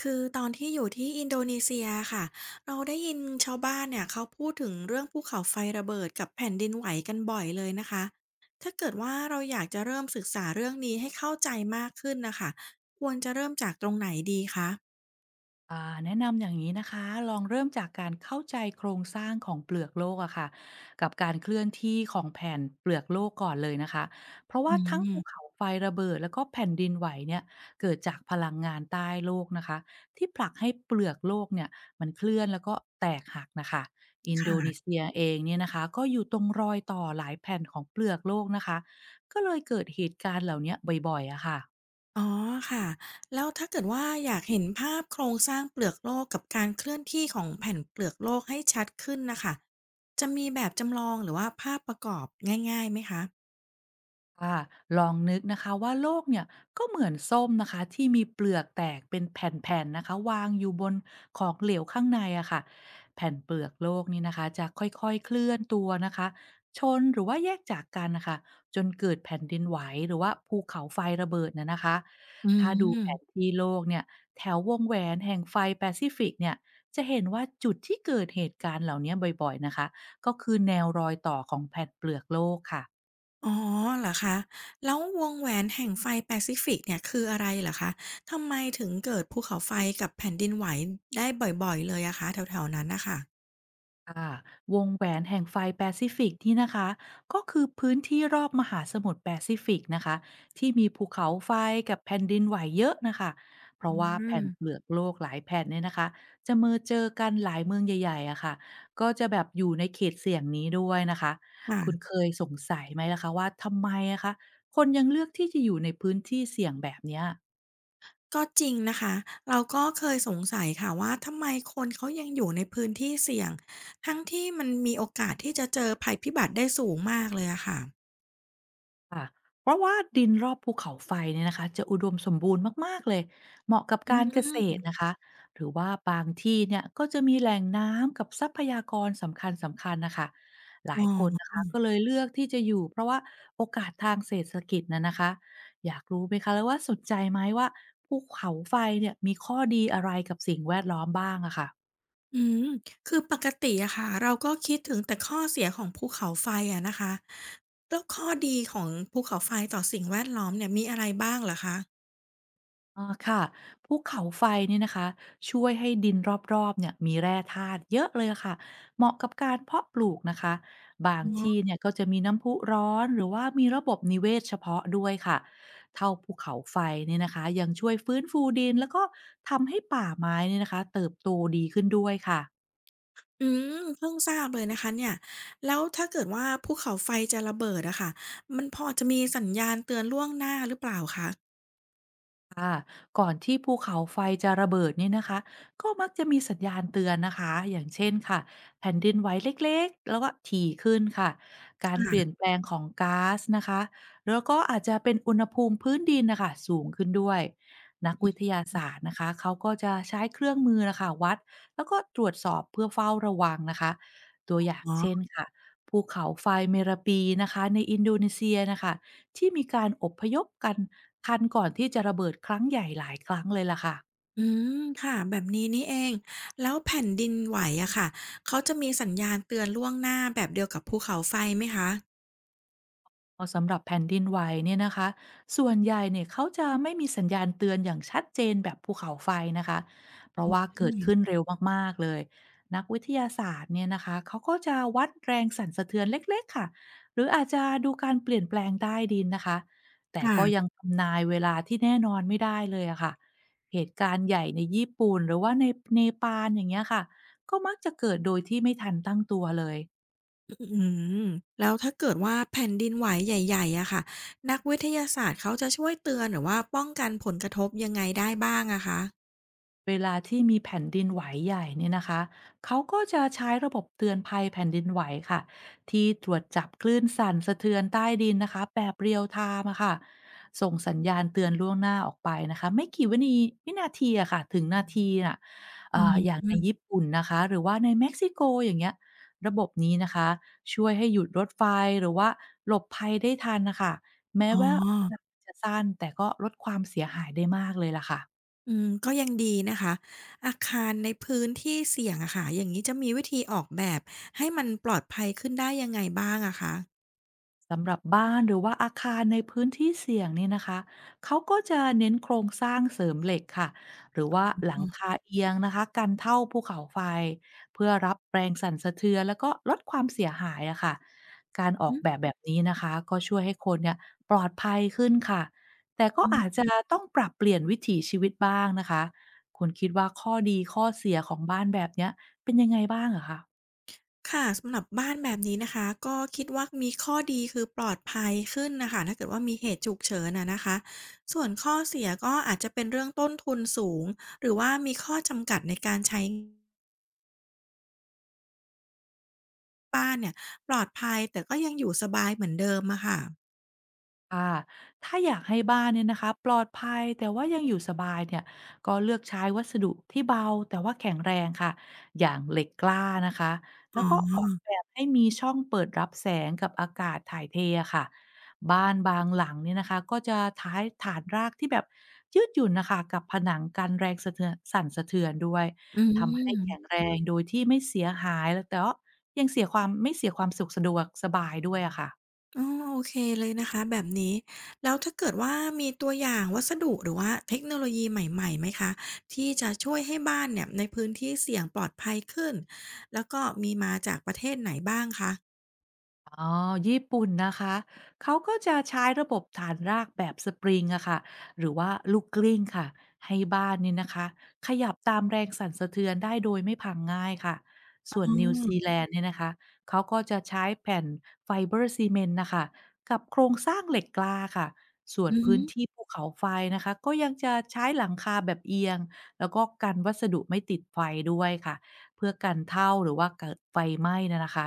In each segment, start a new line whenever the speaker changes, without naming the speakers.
คือตอนที่อยู่ที่อินโดนีเซียค่ะเราได้ยินชาวบ้านเนี่ยเขาพูดถึงเรื่องภูเขาไฟระเบิดกับแผ่นดินไหวกันบ่อยเลยนะคะถ้าเกิดว่าเราอยากจะเริ่มศึกษาเรื่องนี้ให้เข้าใจมากขึ้นนะคะควรจะเริ่มจากตรงไหนดีคะ
อ่าแนะนำอย่างนี้นะคะ ลองเริ่มจากการเข้าใจโครงสร้างของเปลือกโลกอะค่ะ กับการเคลื่อนที่ของแผ่นเปลือกโลกก่อนเลยนะคะ เพราะ
อื
ว่าทั้ง
ม
ภูเขาไฟระเบิดแล้วก็แผ่นดินไหวเนี่ยเกิดจากพลังงานใต้โลกนะคะ ที่ผลักให้เปลือกโลกเนี่ยมันเคลื่อนแล้วก็แตกหักนะคะ อินโดนี
ค่ะ
เซียเองเนี่ยนะคะก็อยู่ตรงรอยต่อหลายแผ่นของเปลือกโลกนะคะก็เลยเกิดเหตุการณ์เหล่าเนี้ยบ่อยๆอะค่ะ
อ๋อค่ะแล้วถ้าเกิดว่าอยากเห็นภาพโครงสร้างเปลือกโลกกับการเคลื่อนที่ของแผ่นเปลือกโลกให้ชัดขึ้นนะคะจะมีแบบจำลองหรือว่าภาพประกอบง่ายๆไหมคะ
ค่ะลองนึกนะคะว่าโลกเนี่ยก็เหมือนส้มนะคะที่มีเปลือกแตกเป็นแผ่นๆนะคะวางอยู่บนของเหลวข้างในอะค่ะแผ่นเปลือกโลกนี้นะคะจะค่อยๆเคลื่อนตัวนะคะชนหรือว่าแยกจากกันนะคะจนเกิดแผ่นดินไหวหรือว่าภูเขาไฟระเบิดนะคะ
อื
ถ้าดูแผน
ม
ที่โลกเนี่ยแถววงแหวนแห่งไฟแปซิฟิกเนี่ยจะเห็นว่าจุดที่เกิดเหตุการณ์เหล่านี้บ่อยๆนะคะก็คือแนวรอยต่อของแผ่นเปลือกโลกค่ะ
อ๋อเหรอคะแล้ววงแหวนแห่งไฟแปซิฟิกเนี่ยคืออะไรเหรอคะทำไมถึงเกิดภูเขาไฟกับแผ่นดินไหวได้บ่อยๆเลยอะคะแถวๆนั้นนะคะ
ค่ะวงแหวนแห่งไฟแปซิฟิกนี่นะคะก็คือพื้นที่รอบมหาสมุทรแปซิฟิกนะคะที่มีภูเขาไฟกับแผ่นดินไหวเยอะนะคะเพ
อื
ราะว่าแผ่นเป
ม
ลือกโลกหลายแผ่นเนี่ยนะคะจะมือเจอกันหลายเมืองใหญ่ๆอะค่ะก็จะแบบอยู่ในเขตเสี่ยงนี้ด้วยนะคะคุณ
ค่ะ
เคยสงสัยไหมล่ะคะว่าทำไมอะคะคนยังเลือกที่จะอยู่ในพื้นที่เสี่ยงแบบเนี้ย
ก็จริงนะคะเราก็เคยสงสัยค่ะว่าทำไมคนเขายังอยู่ในพื้นที่เสี่ยงทั้งที่มันมีโอกาสที่จะเจอภัยพิบัติได้สูงมากเลยอะค่ะ
ค่ะเพราะว่าดินรอบภูเขาไฟเนี่ยนะคะจะอุดมสมบูรณ์มากๆ เลยเหมาะกับ
อื
การเกษต
ม
รนะคะหรือว่าบางที่เนี่ยก็จะมีแหล่งน้ำกับทรัพยากรสำคัญๆนะคะหลา
อ๋
ยคนนะ
อ
คะก็เลยเลือกที่จะอยู่เพราะว่าโอกาสทางเศรษฐกิจนะคะอยากรู้ไหมคะแล้วว่าสนใจไหมว่าภูเขาไฟเนี่ยมีข้อดีอะไรกับสิ่งแวดล้อมบ้างอะค่ะ
อืมคือปกติอะค่ะเราก็คิดถึงแต่ข้อเสียของภูเขาไฟอะนะคะแล้วข้อดีของภูเขาไฟต่อสิ่งแวดล้อมเนี่ยมีอะไรบ้างเหรอคะ
อาค่ะภูเขาไฟเนี่ยนะคะช่วยให้ดินรอบๆเนี่ยมีแร่ธาตุเยอะเลยค่ะเหมาะกับการเพาะปลูกนะคะบาง
อื
ที่
อ
เนี่ยก็จะมีน้ำพุร้อนหรือว่ามีระบบนิเวศเฉพาะด้วยค่ะเท่าภูเขาไฟเนี่ยนะคะยังช่วยฟื้นฟูดินแล้วก็ทำให้ป่าไม้เนี่ยนะคะเติบโตดีขึ้นด้วยค่ะ
อืมเพิ่งทราบเลยนะคะเนี่ยแล้วถ้าเกิดว่าภูเขาไฟจะระเบิดอะค่ะมันพอจะมีสัญญาณเตือนล่วงหน้าหรือเปล่าคะ
ค่ะก่อนที่ภูเขาไฟจะระเบิดเนี่ยนะคะก็มักจะมีสัญญาณเตือนนะคะอย่างเช่นค่ะแผ่นดินไหวเล็กๆแล้วก็ถี่ขึ้นค่ะกา
ค
ร
อ
เปลี่ยน
่
แปลงของก๊าซนะคะแล้วก็อาจจะเป็นอุณหภูมิพื้นดินนะคะสูงขึ้นด้วยนักวิทยา
ะม
ศาสตร์นะคะเขาก็จะใช้เครื่องมือนะคะวัดแล้วก็ตรวจสอบเพื่อเฝ้าระวังนะคะตัวอย่าง
อ๋อ
เช่นค่ะภูเขาไฟเมราปีนะคะในอินโดนีเซียนะคะ ที่มีการอพยพกันคันก่อนที่จะระเบิดครั้งใหญ่หลายครั้งเลยล่ะค่ะ
อืมค่ะแบบนี้นี่เองแล้วแผ่นดินไหวอะค่ะเขาจะมีสัญญาณเตือนล่วงหน้าแบบเดียวกับภูเขาไฟไหมคะ
พอสำหรับแผ่นดินไหวเนี่ยนะคะส่วนใหญ่เนี่ยเขาจะไม่มีสัญญาณเตือนอย่างชัดเจนแบบภูเขาไฟนะคะเพราะว่า
อื
เกิด
ม
ขึ้นเร็วมากๆเลยนักวิทยาศาสตร์เนี่ยนะคะเขาก็จะวัดแรงสั่นสะเทือนเล็กๆค่ะหรืออาจจะดูการเปลี่ยนแปลงใต้ดินนะคะแต่ก็
ค่ะ
ยังทำนายเวลาที่แน่นอนไม่ได้เลยอะค่ะเหตุการณ์ใหญ่ในญี่ปุ่นหรือว่าในเนปาลอย่างเงี้ยค่ะก็มักจะเกิดโดยที่ไม่ทันตั้งตัวเลย
อืมแล้วถ้าเกิดว่าแผ่นดินไหวใหญ่ๆอะค่ะนักวิทยาศาสตร์เขาจะช่วยเตือนหรือว่าป้องกันผลกระทบยังไงได้บ้างอะคะ
เวลาที่มีแผ่นดินไหวใหญ่เนี่ยนะคะเขาก็จะใช้ระบบเตือนภัยแผ่นดินไหวค่ะที่ตรวจจับคลื่นสั่นสะเทือนใต้ดินนะคะแบบเรียลไทม์อะค่ะส่งสัญญาณเตือนล่วงหน้าออกไปนะคะไม่กี่วินีวินาทีอะค่ะถึงนาทีน่ะ
อื
อย่าง
ม
ในญี่ปุ่นนะคะหรือว่าในเม็กซิโกอย่างเงี้ยระบบนี้นะคะช่วยให้หยุดรถไฟหรือว่าหลบภัยได้ทันนะคะแม้
อ๋อ
ว่าเวลาจะสั้นแต่ก็ลดความเสียหายได้มากเลยล่ะค่ะ
อืมก็ยังดีนะคะอาคารในพื้นที่เสี่ยงอะค่ะอย่างงี้จะมีวิธีออกแบบให้มันปลอดภัยขึ้นได้ยังไงบ้างอะคะ
สำหรับบ้านหรือว่าอาคารในพื้นที่เสี่ยงนี่นะคะเขาก็จะเน้นโครงสร้างเสริมเหล็กค่ะหรือว่า
อ
หลัง
ื
คาเอียงนะคะกันเท่าภูเขาไฟเพื่อรับแรงสั่นสะเทือนแล้วก็ลดความเสียหายอะค่ะการออกแบบ
อ
แบบนี้นะคะก็ช่วยให้คนเนี่ยปลอดภัยขึ้นค่ะแต่ก็
ฮึ
อาจจะต้องปรับเปลี่ยนวิถีชีวิตบ้างนะคะคุณคิดว่าข้อดีข้อเสียของบ้านแบบเนี้ยเป็นยังไงบ้างอะคะ
ค่ะสำหรับบ้านแบบนี้นะคะก็คิดว่ามีข้อดีคือปลอดภัยขึ้นน่ะค่ะถ้าเกิดว่ามีเหตุฉุกเฉินอะนะคะส่วนข้อเสียก็อาจจะเป็นเรื่องต้นทุนสูงหรือว่ามีข้อจำกัดในการใช้ปลอดภัยแต่ก็ยังอยู่สบายเหมือนเดิมอะค่ะ
ค่ะถ้าอยากให้บ้านเนี่ยนะคะปลอดภัยแต่ว่ายังอยู่สบายเนี่ยก็เลือกใช้วัสดุที่เบาแต่ว่าแข็งแรงค่ะอย่างเหล็กกล้านะคะแล้
อ๋
วก็
อ
ออกแบบให้มีช่องเปิดรับแสงกับอากาศถ่ายเทอะค่ะบ้านบางหลังเนี่ยนะคะก็จะท้ายฐานรากที่แบบยืดหยุ่นนะคะกับผนังกันแรงสะเทือนสั่นสะเทือนด้วย
อื
ทำให้แข็ง
ม
แรงโดยที่ไม่เสียหายแล้วแต่ว่ายังเสียความสุขสะดวกสบายด้วยอะค่ะ
อ๋อโอเคเลยนะคะแบบนี้แล้วถ้าเกิดว่ามีตัวอย่างวัสดุหรือว่าเทคโนโลยีใหม่ๆไหมคะที่จะช่วยให้บ้านเนี่ยในพื้นที่เสี่ยงปลอดภัยขึ้นแล้วก็มีมาจากประเทศไหนบ้างคะ
อ๋อ ญี่ปุ่นนะคะ เขาก็จะใช้ระบบฐานรากแบบสปริงอะค่ะหรือว่าลูกกลิ้งค่ะ ให้บ้านเนี่ยนะคะ ขยับตามแรงสั่นสะเทือนได้โดยไม่พังง่ายค่ะ ส่วน
อ๋อ
นิวซีแลนด์เนี่ยนะคะ เขาก็จะใช้แผ่นไฟเบอร์ซีเมนต์นะคะ กับโครงสร้างเหล็กกล้าค่ะ ส่วน
อือฮึ
พื้นที่ภูเขาไฟนะคะ ก็ยังจะใช้หลังคาแบบเอียง แล้วก็กันวัสดุไม่ติดไฟด้วยค่ะ เพื่อกันเท่าหรือว่าเกิดไฟไหม้นะนะคะ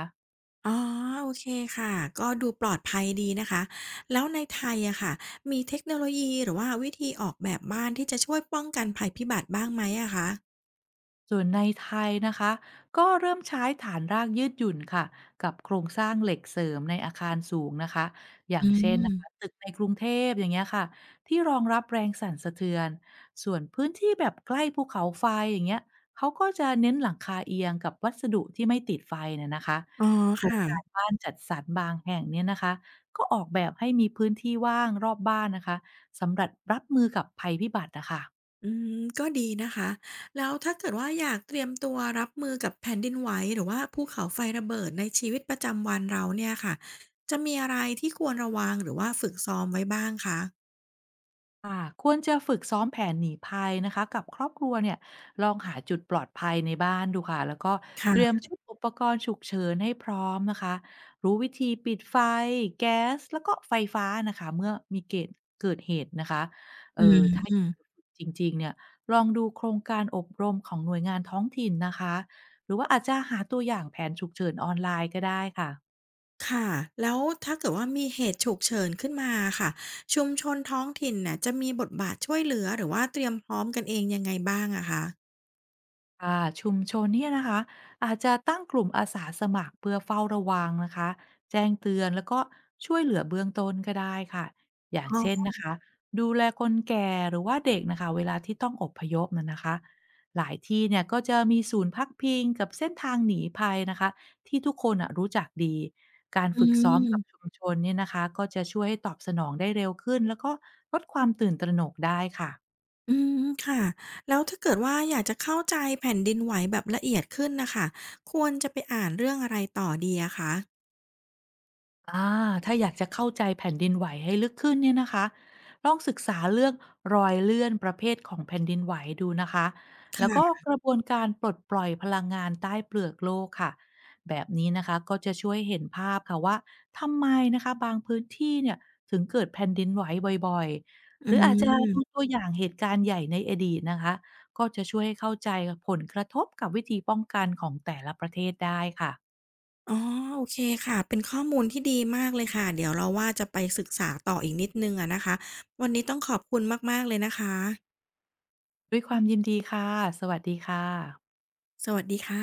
อ๋อโอเคค่ะก็ดูปลอดภัยดีนะคะแล้วในไทยอะค่ะมีเทคโนโลยีหรือว่าวิธีออกแบบบ้านที่จะช่วยป้องกันภัยพิบัติบ้างไหมอะคะ
ส่วนในไทยนะคะก็เริ่มใช้ฐานรากยืดหยุ่นค่ะกับโครงสร้างเหล็กเสริมในอาคารสูงนะคะอย่าง
อื
เช่นนะคะ
ม
ตึกในกรุงเทพอย่างเงี้ยค่ะที่รองรับแรงสั่นสะเทือนส่วนพื้นที่แบบใกล้ภูเขาไฟอย่างเงี้ยเขาก็จะเน้นหลังคาเอียงกับวัสดุที่ไม่ติดไฟน่ะนะคะ
อ๋อ
โครง
ค่ะ
การบ้านจัดสรรบางแห่งเนี่ยนะคะก็ออกแบบให้มีพื้นที่ว่างรอบบ้านนะคะสำหรับรับมือกับภัยพิบัตินะคะ
อืมก็ดีนะคะแล้วถ้าเกิดว่าอยากเตรียมตัวรับมือกับแผ่นดินไหวหรือว่าภูเขาไฟระเบิดในชีวิตประจำวันเราเนี่ยค่ะจะมีอะไรที่ควรระวังหรือว่าฝึกซ้อมไว้บ้างคะ
ค่ะควรจะฝึกซ้อมแผนหนีภัยนะคะกับครอบครัวเนี่ยลองหาจุดปลอดภัยในบ้านดูค่ะแล้วก็เตรีย
ค่ะ
มชุดอุปกรณ์ฉุกเฉินให้พร้อมนะคะรู้วิธีปิดไฟแก๊สแล้วก็ไฟฟ้านะคะเมื่อมีเกิดเหตุนะคะเออ
อื
ถ้าอยากจะ
ม
ฝึกจริงๆเนี่ยลองดูโครงการอบรมของหน่วยงานท้องถิ่นนะคะหรือว่าอาจจะหาตัวอย่างแผนฉุกเฉินออนไลน์ก็ได้ค่ะ
ค่ะแล้วถ้าเกิดว่ามีเหตุฉุกเฉินขึ้นมาค่ะชุมชนท้องถิ่นน่ะจะมีบทบาทช่วยเหลือหรือว่าเตรียมพร้อมกันเองยังไงบ้างอะคะ
ค่ะชุมชนเนี่ยนะคะอาจจะตั้งกลุ่มอาสาสมัครเพื่อเฝ้าระวังนะคะแจ้งเตือนแล้วก็ช่วยเหลือเบื้องต้นก็ได้ค่ะอย่าง
อ๋
เช่น
อ
นะคะดูแลคนแก่หรือว่าเด็กนะคะเวลาที่ต้องอพยพนะนะคะหลายที่เนี่ยก็จะมีศูนย์พักพิงกับเส้นทางหนีภัยนะคะที่ทุกคนอ่ะรู้จักดีการ
อื
ฝึกซ้อมกับ
ม
ชุมชนเนี่ยนะคะก็จะช่วยให้ตอบสนองได้เร็วขึ้นแล้วก็ลดความตื่นตระหนกได้ค่ะ
อืมค่ะแล้วถ้าเกิดว่าอยากจะเข้าใจแผ่นดินไหวแบบละเอียดขึ้นน่ะค่ะควรจะไปอ่านเรื่องอะไรต่อดีอะคะ
อาถ้าอยากจะเข้าใจแผ่นดินไหวให้ลึกขึ้นเนี่ยนะคะลองศึกษาเรื่องรอยเลื่อนประเภทของแผ่นดินไหวดูนะคะ แล้วก็
ค่ะ
กระบวนการปลดปล่อยพลังงานใต้เปลือกโลกค่ะแบบนี้นะคะก็จะช่วยเห็นภาพค่ะว่าทำไมนะคะบางพื้นที่เนี่ยถึงเกิดแผ่นดินไหวบ่อยๆ
อื
หรืออาจจะดู
ม
ตัวอย่างเหตุการณ์ใหญ่ในอดีตนะคะก็จะช่วยให้เข้าใจผลกระทบกับวิธีป้องกันของแต่ละประเทศได้ค่ะ
อ๋อโอเคค่ะเป็นข้อมูลที่ดีมากเลยค่ะเดี๋ยวเราว่าจะไปศึกษาต่ออีกนิดหนึ่งอะนะคะวันนี้ต้องขอบคุณมากๆเลยนะคะ
ด้วยความยินดีค่ะสวัสดีค่ะ
สวัสดีค่ะ